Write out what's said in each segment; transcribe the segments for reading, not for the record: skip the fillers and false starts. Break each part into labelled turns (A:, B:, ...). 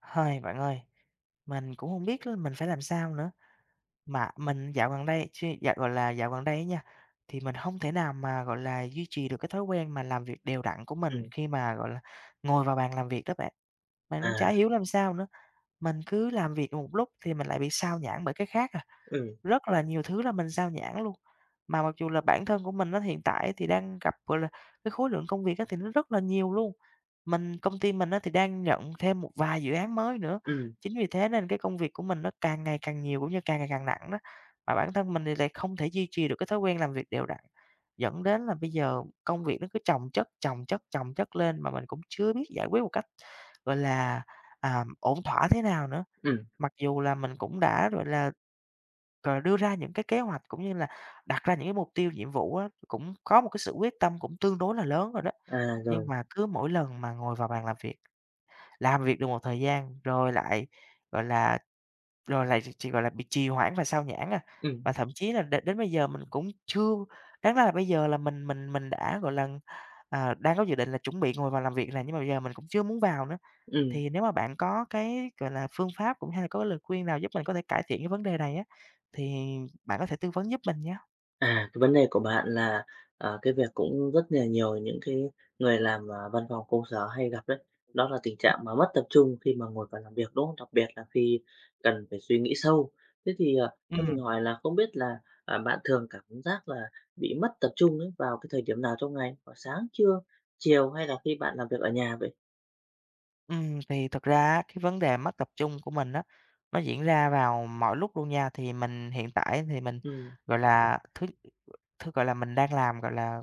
A: Hời, bạn ơi, mình cũng không biết là mình phải làm sao nữa. Mà mình dạo gần đây suy dạ, gọi là, dạo gần đây á nha, thì mình không thể nào mà, gọi là, duy trì được cái thói quen mà làm việc đều đặn của mình
B: Ừm,
A: khi mà, gọi là, ngồi vào bàn làm việc đó bạn. Mình cũng
B: à,
A: chả hiểu làm sao nữa, mình cứ làm việc một lúc thì mình lại bị sao nhãng bởi cái khác à,
B: ừm,
A: rất là nhiều thứ là mình sao nhãng luôn. Mà mặc dù là bản thân của mình nó hiện tại thì đang gặp, gọi là, cái khối lượng công việc á, thì nó rất là nhiều luôn. Mình công ty mình á thì đang nhận thêm một vài dự án mới nữa,
B: ừm,
A: chính vì thế nên cái công việc của mình nó càng ngày càng nhiều cũng như càng ngày càng nặng đó. Mà bản thân mình thì lại không thể duy trì được cái thói quen làm việc đều đặn, dẫn đến là bây giờ công việc nó cứ chồng chất, chồng chất, chồng chất lên mà mình cũng chưa biết giải quyết một cách, gọi là, ổn thỏa thế nào nữa.
B: ừm,
A: Mặc dù là mình cũng đã, gọi là, cờ đưa ra những cái kế hoạch cũng như là đặt ra những cái mục tiêu nhiệm vụ á, cũng có một cái sự quyết tâm cũng tương đối là lớn rồi đó,
B: à,
A: nhưng
B: rồi,
A: mà cứ mỗi lần mà ngồi vào bàn làm việc được một thời gian rồi lại, gọi là, rồi lại chỉ, gọi là, bị trì hoãn và xao nhãng à.
B: ừm,
A: Và thậm chí là đến đến bây giờ mình cũng chưa đáng ra là bây giờ là mình đã, gọi là, đang có dự định là chuẩn bị ngồi vào làm việc này nhưng mà bây giờ mình cũng chưa muốn vào nữa.
B: ừm.
A: Thì nếu mà bạn có cái, gọi là, phương pháp cũng hay là có cái lời khuyên nào giúp mình có thể cải thiện cái vấn đề này á, thì bạn có thể tư vấn giúp mình nhé.
B: À, cái vấn đề của bạn là, cái việc cũng rất là nhiều những cái người làm, văn phòng công sở hay gặp đấy, đó là tình trạng mà mất tập trung khi mà ngồi vào làm việc, đúng không? Đặc biệt là khi cần phải suy nghĩ sâu. Thế thì, cho
A: Ừm.
B: mình hỏi là không biết là, bạn thường cảm giác là bị mất tập trung ấy vào cái thời điểm nào trong ngày? Vào sáng, trưa, chiều hay là khi bạn làm việc ở nhà vậy?
A: Thì thật ra á, cái vấn đề mất tập trung của mình á, nó diễn ra vào mọi lúc luôn nha. Thì mình hiện tại thì mình,
B: Ừm,
A: gọi là, thứ thứ, gọi là, mình đang làm, gọi là,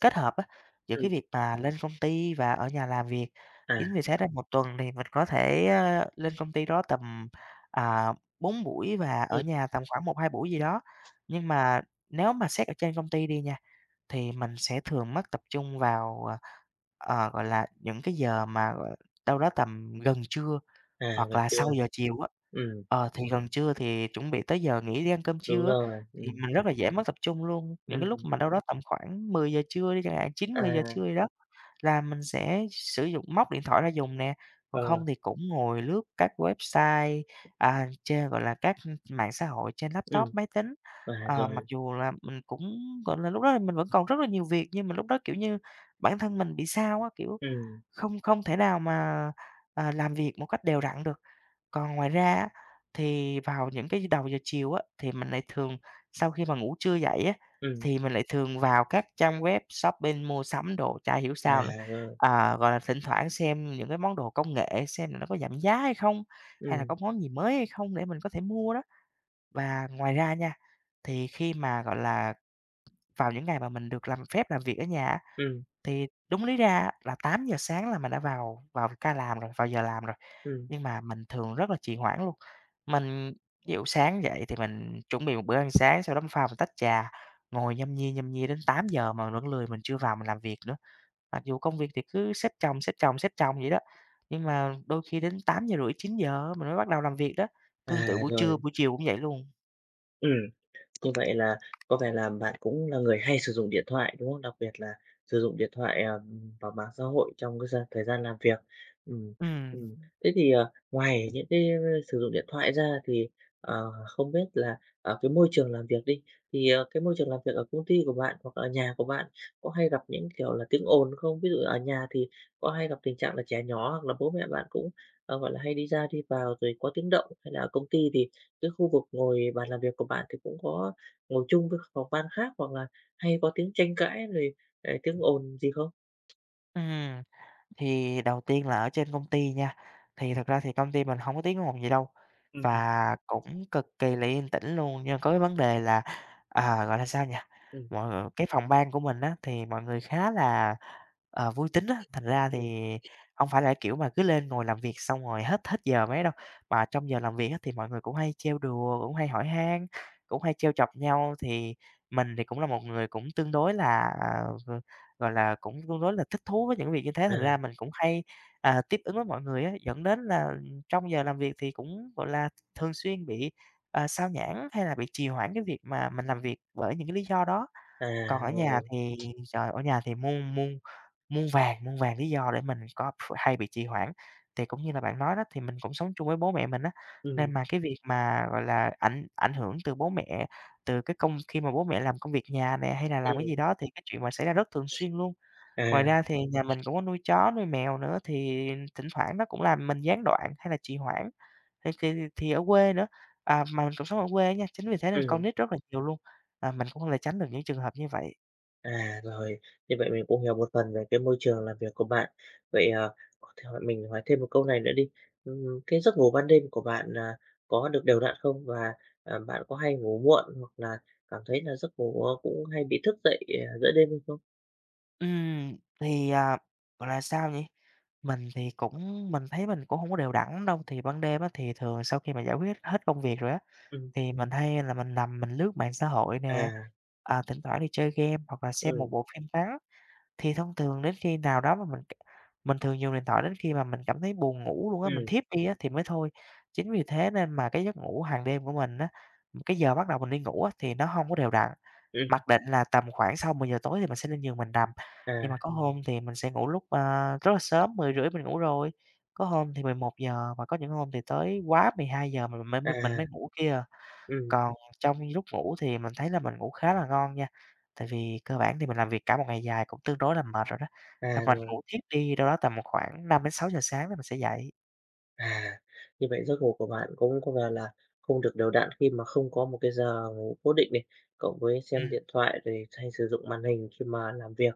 A: kết hợp á, giữa cái
B: ừm,
A: việc mà lên công ty và ở nhà làm việc.
B: à,
A: Chính vì thế ra một tuần thì mình có thể, lên công ty đó tầm, à, 4 buổi và ở
B: ừm,
A: nhà tầm khoảng một hai buổi gì đó. Nhưng mà nếu mà xét ở trên công ty đi nha thì mình sẽ thường mất tập trung vào, gọi là, những cái giờ mà, gọi đâu đó tầm gần trưa
B: à,
A: hoặc
B: gần
A: là sau
B: trưa,
A: giờ chiều á,
B: ừm,
A: ờ, thì gần trưa thì chuẩn bị tới giờ nghỉ đi ăn cơm
B: đúng
A: trưa á,
B: rồi,
A: thì mình rất là dễ mất tập trung luôn. Những cái lúc
B: Ừm,
A: mà đâu đó tầm khoảng mười giờ trưa đi chẳng hạn, chín mười giờ
B: à,
A: trưa gì đó là mình sẽ sử dụng móc điện thoại ra dùng nè, còn
B: ờ,
A: không thì cũng ngồi lướt các website, trên, gọi là, các mạng xã hội trên laptop,
B: ừm,
A: máy tính.
B: à,
A: Ờ, mặc
B: rồi,
A: dù là mình cũng, gọi là, lúc đó là mình vẫn còn rất là nhiều việc nhưng mà lúc đó, kiểu như, bản thân mình bị sao á, kiểu
B: ừm,
A: không không thể nào mà, làm việc một cách đều đặn được. Còn ngoài ra á, thì vào những cái đầu giờ chiều á, thì mình lại thường sau khi mà ngủ trưa dậy á,
B: ừm,
A: thì mình lại thường vào các trang web shopping mua sắm đồ, chả hiểu
B: à,
A: sao nữa.
B: rồi,
A: À, gọi là, thỉnh thoảng xem những cái món đồ công nghệ xem là nó có giảm giá hay không, hay là
B: ừm,
A: có món gì mới hay không để mình có thể mua đó. Và ngoài ra nha, thì khi mà, gọi là, vào những ngày mà mình được làm phép làm việc ở nhà á,
B: ừm,
A: thì đúng lý ra á là tám giờ sáng là mình đã vào vào ca làm rồi, vào giờ làm rồi,
B: ừm,
A: nhưng mà mình thường rất là trì hoãn luôn. Mình ví dụ sáng dậy thì mình chuẩn bị một bữa ăn sáng, sau đó mình pha một tách trà, ngồi nhâm nhi đến tám giờ mà vẫn lười, mình chưa vào mình làm việc nữa. Mặc dù công việc thì cứ xếp chồng, xếp chồng, xếp chồng vậy đó, nhưng mà đôi khi đến 8:30, 9:00 á mình mới bắt đầu làm việc đó, tương tự
B: à,
A: buổi trưa,
B: rồi,
A: buổi chiều cũng vậy luôn.
B: ừm. Như vậy là có vẻ là bạn cũng là người hay sử dụng điện thoại, đúng không? Đặc biệt là sử dụng điện thoại, vào mạng xã hội trong cái giờ thời gian làm việc. Ừm,
A: Ừm,
B: ừm. Thế thì, ngoài những cái sử dụng điện thoại ra thì, không biết là ở cái môi trường làm việc đi, thì, cái môi trường làm việc ở công ty của bạn hoặc ở nhà của bạn có hay gặp những, kiểu là, tiếng ồn không? Ví dụ ở nhà thì có hay gặp tình trạng là trẻ nhỏ hoặc là bố mẹ bạn cũng, gọi là, hay đi ra đi vào rồi có tiếng động? Hay là ở công ty thì cái khu vực ngồi bàn làm việc của bạn thì cũng có ngồi chung với phòng ban khác hoặc là hay có tiếng tranh cãi rồi, tiếng ồn gì không?
A: ừm. Thì đầu tiên là ở trên công ty nha, thì thật ra thì công ty mình không có tiếng ồn gì đâu
B: Hứm,
A: và cũng cực kỳ là yên tĩnh luôn, nhưng có cái vấn đề là, gọi là sao nhỉ,
B: ừm,
A: mọi người cái phòng ban của mình á, thì mọi người khá là, ờ, vui tính á, thành ra thì không phải là kiểu mà cứ lên ngồi làm việc xong rồi hết hết giờ mấy đâu, mà trong giờ làm việc á, thì mọi người cũng hay trêu đùa, cũng hay hỏi han, cũng hay trêu chọc nhau. Thì mình thì cũng là một người cũng tương đối là, gọi là, cũng tương đối là thích thú với những việc như thế, thành ra mình
B: à,
A: cũng hay, tiếp ứng với mọi người á, dẫn đến là trong giờ làm việc thì cũng, gọi là, thường xuyên bị, xao nhãng hay là bị trì hoãn cái việc mà mình làm việc bởi những cái lý do đó.
B: à,
A: Còn ở nhà
B: rồi.
A: thì trời, ở nhà thì muôn muôn muôn vàng lý do để mình có hay bị trì hoãn. Thì cũng như là bạn nói đó, thì mình cũng sống chung với bố mẹ mình á, nên
B: Ừm.
A: mà cái việc mà, gọi là, ảnh ảnh hưởng từ bố mẹ, từ cái công khi mà bố mẹ làm công việc nhà này hay là làm cái
B: Ừm,
A: gì đó thì cái chuyện mà xảy ra rất thường xuyên luôn. Ngoài
B: à,
A: ra thì nhà mình cũng có nuôi chó, nuôi mèo nữa, thì thỉnh thoảng nó cũng làm mình gián đoạn hay là trì hoãn, thì ở quê nữa, à, mà mình cũng sống ở quê á nha, chính vì thế nên con
B: ừm,
A: nít rất là nhiều luôn, mình cũng không thể tránh được những trường hợp như vậy.
B: à, rồi. Như vậy mình cũng hiểu một phần về cái môi trường làm việc của bạn. Vậy, có thể hỏi mình hỏi thêm một câu này nữa đi. Cái giấc ngủ ban đêm của bạn, có được đều đặn không? Và, bạn có hay ngủ muộn hoặc là cảm thấy là giấc ngủ, cũng hay bị thức dậy, giữa đêm hay không?
A: Ừm, thì, gọi là, sao nhỉ? Mình thì cũng mình thấy mình cũng hông có đều đặn lắm đâu, thì ban đêm á, thì thường sau khi mà giải quyết hết công việc rồi á,
B: Ừm.
A: thì mình hay là mình nằm mình lướt mạng xã hội nè,
B: À,
A: thỉnh thoảng thì chơi game hoặc là xem một
B: ừm,
A: bộ phim ngắn. Thì thông thường đến khi nào đó mà mình thường dùng điện thoại đến khi mà mình cảm thấy buồn ngủ luôn á, mình
B: ừm,
A: thiếp đi á thì mới thôi. Chính vì thế nên mà cái giấc ngủ hàng đêm của mình á, cái giờ bắt đầu mình đi ngủ á thì nó hông có đều đặn.
B: ừm,
A: Mặc định là tầm khoảng sau mười giờ tối thì mình sẽ lên giường mình nằm,
B: à,
A: nhưng mà có hôm thì mình sẽ ngủ lúc, rất là sớm, mười rưỡi mình ngủ rồi, có hôm thì mười một giờ và có những hôm thì tới quá mười hai giờ mình mới mình
B: à.
A: mới ngủ kia à.
B: Ừm,
A: Còn trong lúc ngủ thì mình thấy là mình ngủ khá là ngon nha, tại vì cơ bản thì mình làm việc cả một ngày dài cũng tương đối là mệt rồi đó, là
B: à,
A: mình
B: rồi.
A: ngủ thiếp đi đâu đó tầm khoảng năm đến sáu giờ sáng là mình sẽ dậy.
B: À, như vậy giấc ngủ của bạn cũng có vẻ là không được đều đặn khi mà không có một cái giờ ngủ cố định này, cộng với
A: Ừm,
B: xem điện thoại rồi hay sử dụng màn hình khi mà làm việc.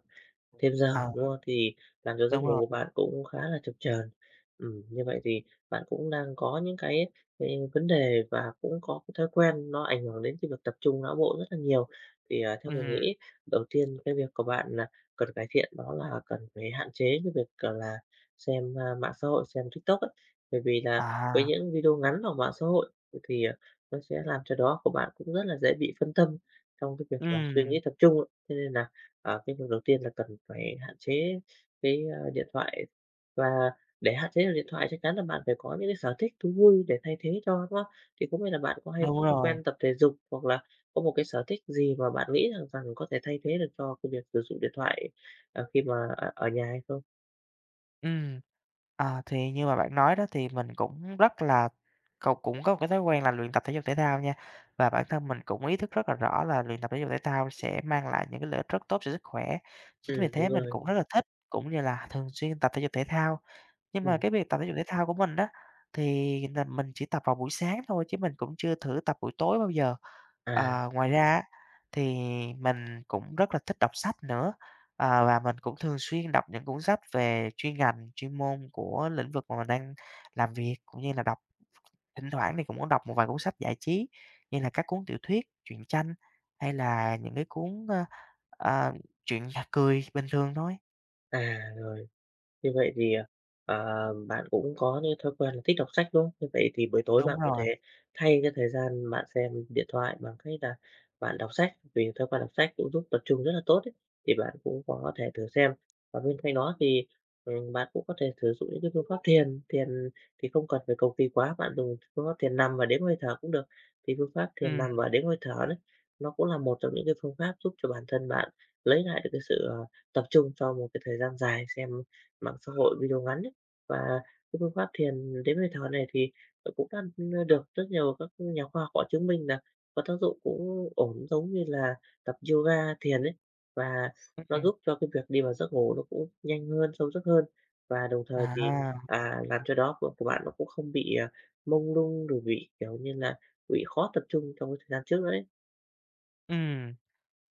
B: Thêm giờ,
A: ờ,
B: đúng không? Thì làm cho giấc
A: đúng
B: ngủ
A: rồi,
B: của bạn cũng khá là chập chờn. Như vậy thì bạn cũng đang có những cái, ờ, vấn đề và cũng có cái thói quen nó ảnh hưởng đến cái việc tập trung não bộ rất là nhiều. Thì, theo mình
A: ừm,
B: nghĩ đầu tiên cái việc của bạn là cần cải thiện đó là cần phải hạn chế cái việc, gọi là, xem, mạng xã hội, xem TikTok ấy. Bởi vì là với
A: à,
B: những video ngắn ở mạng xã hội thì, nó sẽ làm cho đó của bạn cũng rất là dễ bị phân tâm trong cái việc là suy
A: ừm,
B: nghĩ tập trung. Cho nên là cái điều đầu tiên là cần phải hạn chế cái, điện thoại và để hạn chế được điện thoại chắc chắn là bạn phải có những cái sở thích thú vui để thay thế cho, đúng không? Thì cũng như là bạn có hay có
A: đúng
B: thói
A: rồi,
B: quen tập thể dục hoặc là có một cái sở thích gì mà bạn nghĩ rằng rằng có thể thay thế được cho cái việc sử dụng điện thoại, khi mà ở ở nhà hay không?
A: ừm. À, thì như mà bạn nói đó thì mình cũng rất là cậu cũng có một cái thói quen là luyện tập thể dục thể thao nha. Và bản thân mình cũng ý thức rất là rõ là luyện tập thể dục thể thao sẽ mang lại những cái lợi ích rất tốt cho sức khỏe. Chính vì thế
B: Đúng
A: mình
B: rồi.
A: cũng rất là thích cũng như là thường xuyên tập thể dục thể thao. Nhưng mà
B: Ừm,
A: cái việc tập thể dục thể thao của mình đó thì là mình chỉ tập vào buổi sáng thôi chứ mình cũng chưa thử tập buổi tối bao giờ.
B: à,
A: À, ngoài ra á, thì mình cũng rất là thích đọc sách nữa. Ờ, và mình cũng thường xuyên đọc những cuốn sách về chuyên ngành, chuyên môn của lĩnh vực mà mình đang làm việc, cũng như là đọc thỉnh thoảng thì cũng có đọc một vài cuốn sách giải trí, như là các cuốn tiểu thuyết, truyện tranh hay là những cái cuốn, ờ, chuyện cười bình thường thôi.
B: à, rồi. Như vậy thì, bạn cũng có những thói quen là thích đọc sách, đúng không? Như vậy thì buổi tối
A: Đúng
B: bạn có
A: rồi,
B: thể thay cái thời gian bạn xem điện thoại bằng cách là bạn đọc sách, vì thói quen đọc sách cũng giúp tập trung rất là tốt ấy, thì bạn cũng có thể thử xem. Và bên cạnh đó thì, bạn cũng có thể sử dụng những cái phương pháp thiền. Thiền thì không cần phải cầu kỳ quá, bạn dùng phương pháp thiền nằm và đếm hơi thở cũng được. Thì phương pháp thiền
A: ừm,
B: nằm và đếm hơi thở đấy, nó cũng là một trong những cái phương pháp giúp cho bản thân bạn lấy lại được cái sự, tập trung sau một cái thời gian dài xem mạng xã hội, video ngắn ấy. Và cái phương pháp thiền đếm hơi thở này thì, cũng đã, được rất nhiều các nhà khoa học họ chứng minh là có tác dụng cũng ổn giống như là tập yoga, thiền ấy. Và nó
A: ừm,
B: giúp cho cái việc đi vào giấc ngủ nó cũng nhanh hơn, sâu giấc hơn và đồng thời thì,
A: à,
B: làm cho đó của bạn nó cũng không bị, mông lung, rồi bị, kiểu như là, bị khó tập trung trong cái thời gian trước nữa đấy.
A: ừm.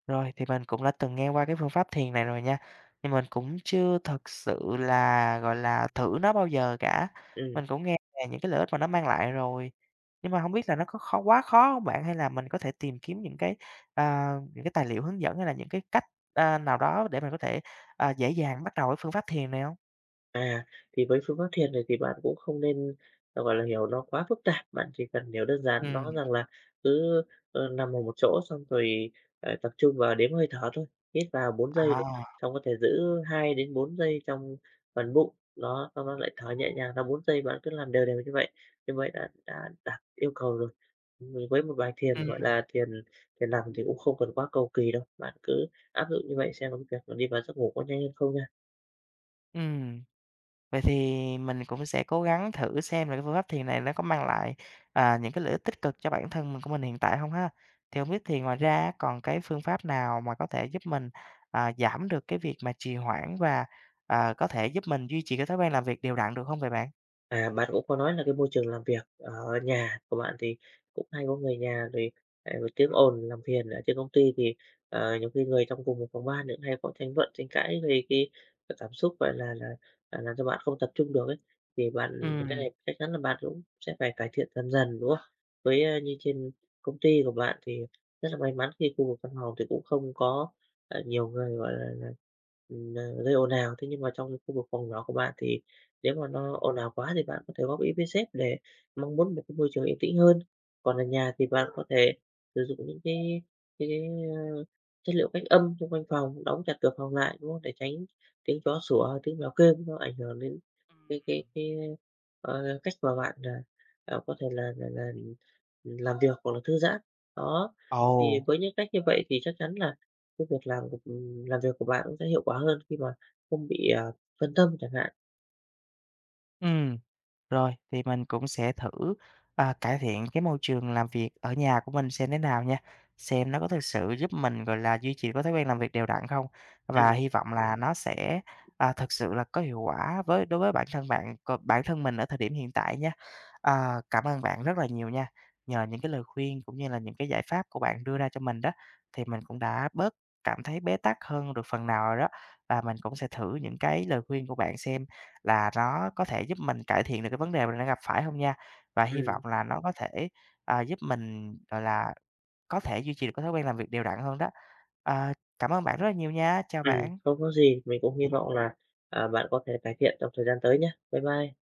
A: Rồi, thì mình cũng đã từng nghe qua cái phương pháp thiền này rồi nha, nhưng mình cũng chưa thực sự là, gọi là, thử nó bao giờ cả.
B: Ừm.
A: Mình cũng nghe về những cái lợi ích mà nó mang lại rồi, nhưng mà hông biết là nó có khó hông bạn? Hay là mình có thể tìm kiếm những cái, những cái tài liệu hướng dẫn hay là những cái cách, nào đó để mình có thể, dễ dàng bắt đầu cái phương pháp thiền này hông?
B: À, thì với phương pháp thiền này thì bạn cũng không nên, gọi là, hiểu nó quá phức tạp, bạn chỉ cần hiểu đơn giản
A: Ừm,
B: nó rằng là cứ, nằm vào một chỗ xong rồi, tập trung vào đếm hơi thở thôi, hít vào 4 giây này,
A: à,
B: xong có thể giữ 2 đến 4 giây trong phần bụng, đó, xong nó lại thở nhẹ nhàng ra 4 giây, bạn cứ làm đều đều như vậy đã đạt yêu cầu rồi. Với một bài thiền,
A: ừm,
B: gọi là, thiền thiền nằm thì cũng không cần quá cầu kỳ đâu, bạn cứ áp dụng như vậy xem công việc nó đi vào giấc ngủ có nhanh hơn không nha.
A: ừm. Vậy thì mình cũng sẽ cố gắng thử xem là cái phương pháp thiền này nó có mang lại, những cái lợi ích tích cực cho bản thân mình của mình hiện tại không ha? Thì không biết thì ngoài ra á, còn cái phương pháp nào mà có thể giúp mình, giảm được cái việc mà trì hoãn và, có thể giúp mình duy trì cái thói quen làm việc đều đặn được không vậy bạn?
B: À, bạn cũng có nói là cái môi trường làm việc ở nhà của bạn thì cũng hay có người nhà rồi, tiếng ồn làm phiền. Ở trên công ty thì, nhiều khi người trong cùng một phòng ban nữa hay có tranh luận, tranh cãi về cái cảm xúc, gọi là làm cho bạn không tập trung được ấy. Thì
A: Ừ.
B: bạn cái này chắc chắn là bạn cũng sẽ phải cải thiện dần dần, đúng không? Với, như trên công ty của bạn thì rất là may mắn khi khu vực văn phòng thì cũng không có, nhiều người, gọi là gây ồn ào. Thế nhưng mà trong khu vực phòng nhỏ của bạn thì nếu mà nó
A: Ừm,
B: ồn ào quá thì bạn có thể góp ý với sếp để mong muốn một cái môi trường yên tĩnh hơn. Còn ở nhà thì bạn có thể sử dụng những cái, ơ, chất liệu cách âm xung quanh phòng, đóng chặt cửa phòng lại, đúng không? Để tránh tiếng chó sủa, tiếng mèo kêu nó ảnh hưởng đến
A: ừm,
B: cái cách mà bạn, có thể là làm việc hoặc là thư giãn. Đó, thì
A: Ồ,
B: với những cách như vậy thì chắc chắn là cái việc làm của làm việc của bạn cũng sẽ hiệu quả hơn khi mà không bị, phân tâm chẳng hạn.
A: ừm. Rồi, thì mình cũng sẽ thử, cải thiện cái môi trường làm việc ở nhà của mình xem thế nào nha, xem nó có thực sự giúp mình, gọi là, duy trì có thói quen làm việc đều đặn không? Và
B: Ừm.
A: hy vọng là nó sẽ, thực sự là có hiệu quả với đối với bản thân bạn, còn bản thân mình ở thời điểm hiện tại nha. À, cảm ơn bạn rất là nhiều nha, nhờ những cái lời khuyên cũng như là những cái giải pháp của bạn đưa ra cho mình đó, thì mình cũng đã bớt cảm thấy bế tắc hơn được phần nào rồi đó, và mình cũng sẽ thử những cái lời khuyên của bạn xem là nó có thể giúp mình cải thiện được cái vấn đề mình đang gặp phải không nha. Và hy vọng
B: Ừm,
A: là nó có thể, giúp mình, gọi là, có thể duy trì được cái thói quen làm việc đều đặn hơn đó. Ờ, cảm ơn bạn rất là nhiều nha, chào bạn.
B: không có gì. Mình cũng hy vọng là, bạn có thể cải thiện trong thời gian tới nhé. Bye bye.